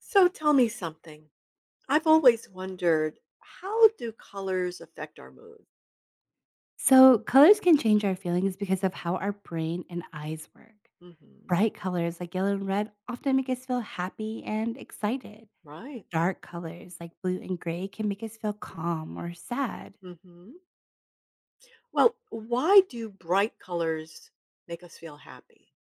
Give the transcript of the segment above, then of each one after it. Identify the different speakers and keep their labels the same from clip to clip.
Speaker 1: So tell me something. I've always wondered, how do colors affect our mood?
Speaker 2: So, colors can change our feelings because of how our brain and eyes work.
Speaker 1: Hmm.
Speaker 2: Bright colors like yellow and red often make us feel happy and excited.
Speaker 1: Right.
Speaker 2: Dark colors like blue and gray can make us feel calm or sad.
Speaker 1: Hmm. Well, why do bright colors make us feel happy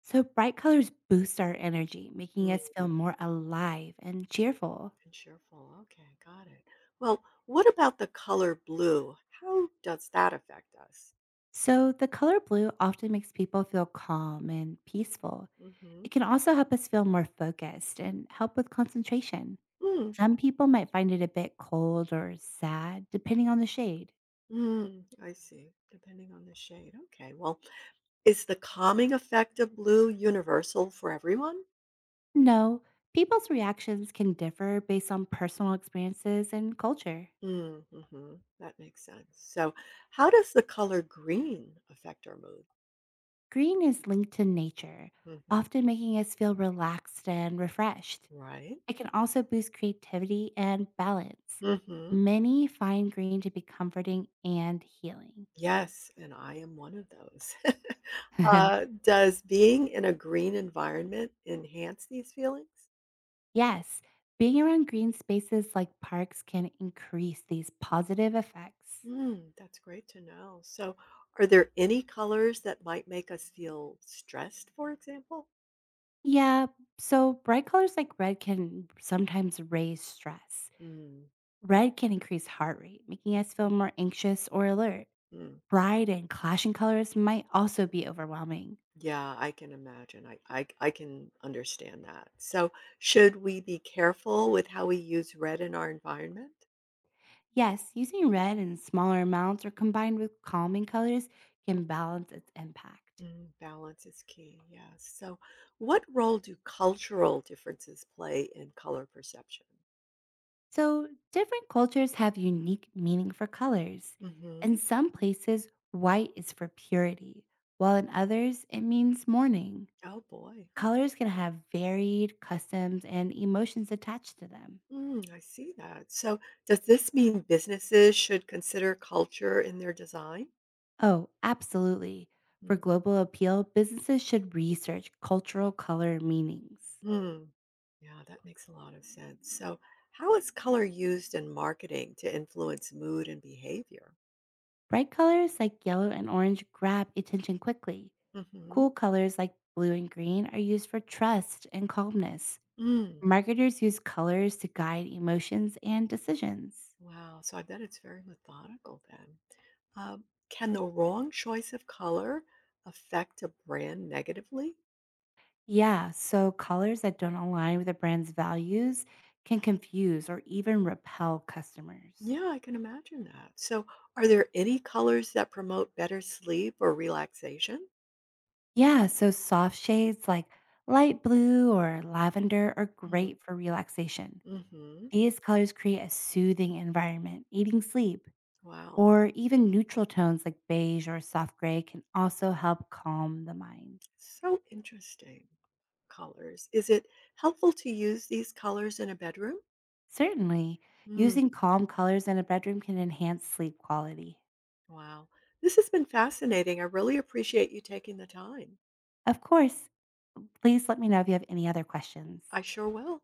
Speaker 2: So, bright colors boost our energy, making us
Speaker 1: mm
Speaker 2: feel more alive and cheerful.
Speaker 1: and cheerful? Okay, got it. Well, what about the color blue? How does that affect us?
Speaker 2: So, the color blue often makes people feel calm and peaceful.
Speaker 1: Hmm.
Speaker 2: It can also help us feel more focused and help with concentration.
Speaker 1: Mm.
Speaker 2: Some people might find it a bit cold or sad, depending on the shade.
Speaker 1: Mm, I see, depending on the shade. Okay, well, is the calming effect of blue universal for everyone?
Speaker 2: No, people's reactions can differ based on personal experiences and culture.
Speaker 1: Mm, mhm. That makes sense. So, how does the color green affect our mood?
Speaker 2: Green is linked to nature,
Speaker 1: Mhm.
Speaker 2: often making us feel relaxed and refreshed.
Speaker 1: Right?
Speaker 2: It can also boost creativity and balance.
Speaker 1: Hmm.
Speaker 2: Many find green to be comforting and healing.
Speaker 1: Yes, and I am one of those. Does being in a green environment enhance these feelings?
Speaker 2: Yes, being around green spaces like parks can increase these positive effects.
Speaker 1: Mm, that's great to know. So, are there any colors that might make us feel stressed, for example?
Speaker 2: Yeah, so bright colors like red can sometimes raise stress.
Speaker 1: Mm,
Speaker 2: Red can increase heart rate, making us feel more anxious or alert.
Speaker 1: mhm.
Speaker 2: Bright and clashing colors might also be overwhelming.
Speaker 1: Yeah, I can imagine. I can understand that. So, should we be careful with how we use red in our environment?
Speaker 2: Yes, using red in smaller amounts or combined with calming colors can balance its impact.
Speaker 1: Mm, balance is key. Yes. So, what role do cultural differences play in color perception?
Speaker 2: So, different cultures have unique meaning for colors.
Speaker 1: Hmm.
Speaker 2: In some places, white is for purity, while in others, it means mourning.
Speaker 1: Oh boy. Oh,
Speaker 2: Colors can have varied customs and emotions attached to them.
Speaker 1: I see that. So, does this mean businesses should consider culture in their design?
Speaker 2: Oh, absolutely. For
Speaker 1: Hmm.
Speaker 2: global appeal, businesses should research cultural color meanings.
Speaker 1: Hmm. Yeah, that makes a lot of sense. So, how is color used in marketing to influence mood and behavior?
Speaker 2: Bright colors like yellow and orange grab attention quickly.
Speaker 1: Hmm.
Speaker 2: Cool colors like blue and green are used for trust and calmness.
Speaker 1: Mm.
Speaker 2: Marketers use colors to guide emotions and decisions.
Speaker 1: Wow. So, I bet it's very methodical then. Can the wrong choice of color affect a brand negatively?
Speaker 2: Yeah, so colors that don't align with a brand's values can confuse or even repel customers.
Speaker 1: Yeah, I can imagine that. So, are there any colors that promote better sleep or relaxation?
Speaker 2: Yeah, so soft shades like light blue or lavender are
Speaker 1: Mm.
Speaker 2: great for relaxation.
Speaker 1: Hmm. Mm-hmm.
Speaker 2: These colors create a soothing environment, aiding sleep.
Speaker 1: Wow.
Speaker 2: Or even neutral tones like beige or soft gray can also help calm the mind.
Speaker 1: So interesting. Colors. Is it helpful to use these colors in a bedroom?
Speaker 2: Certainly,
Speaker 1: Mm,
Speaker 2: using calm colors in a bedroom can enhance sleep quality.
Speaker 1: wow. This has been fascinating. I really appreciate you taking the time.
Speaker 2: Of course, please let me know if you have any other
Speaker 1: I
Speaker 2: questions.
Speaker 1: sure will.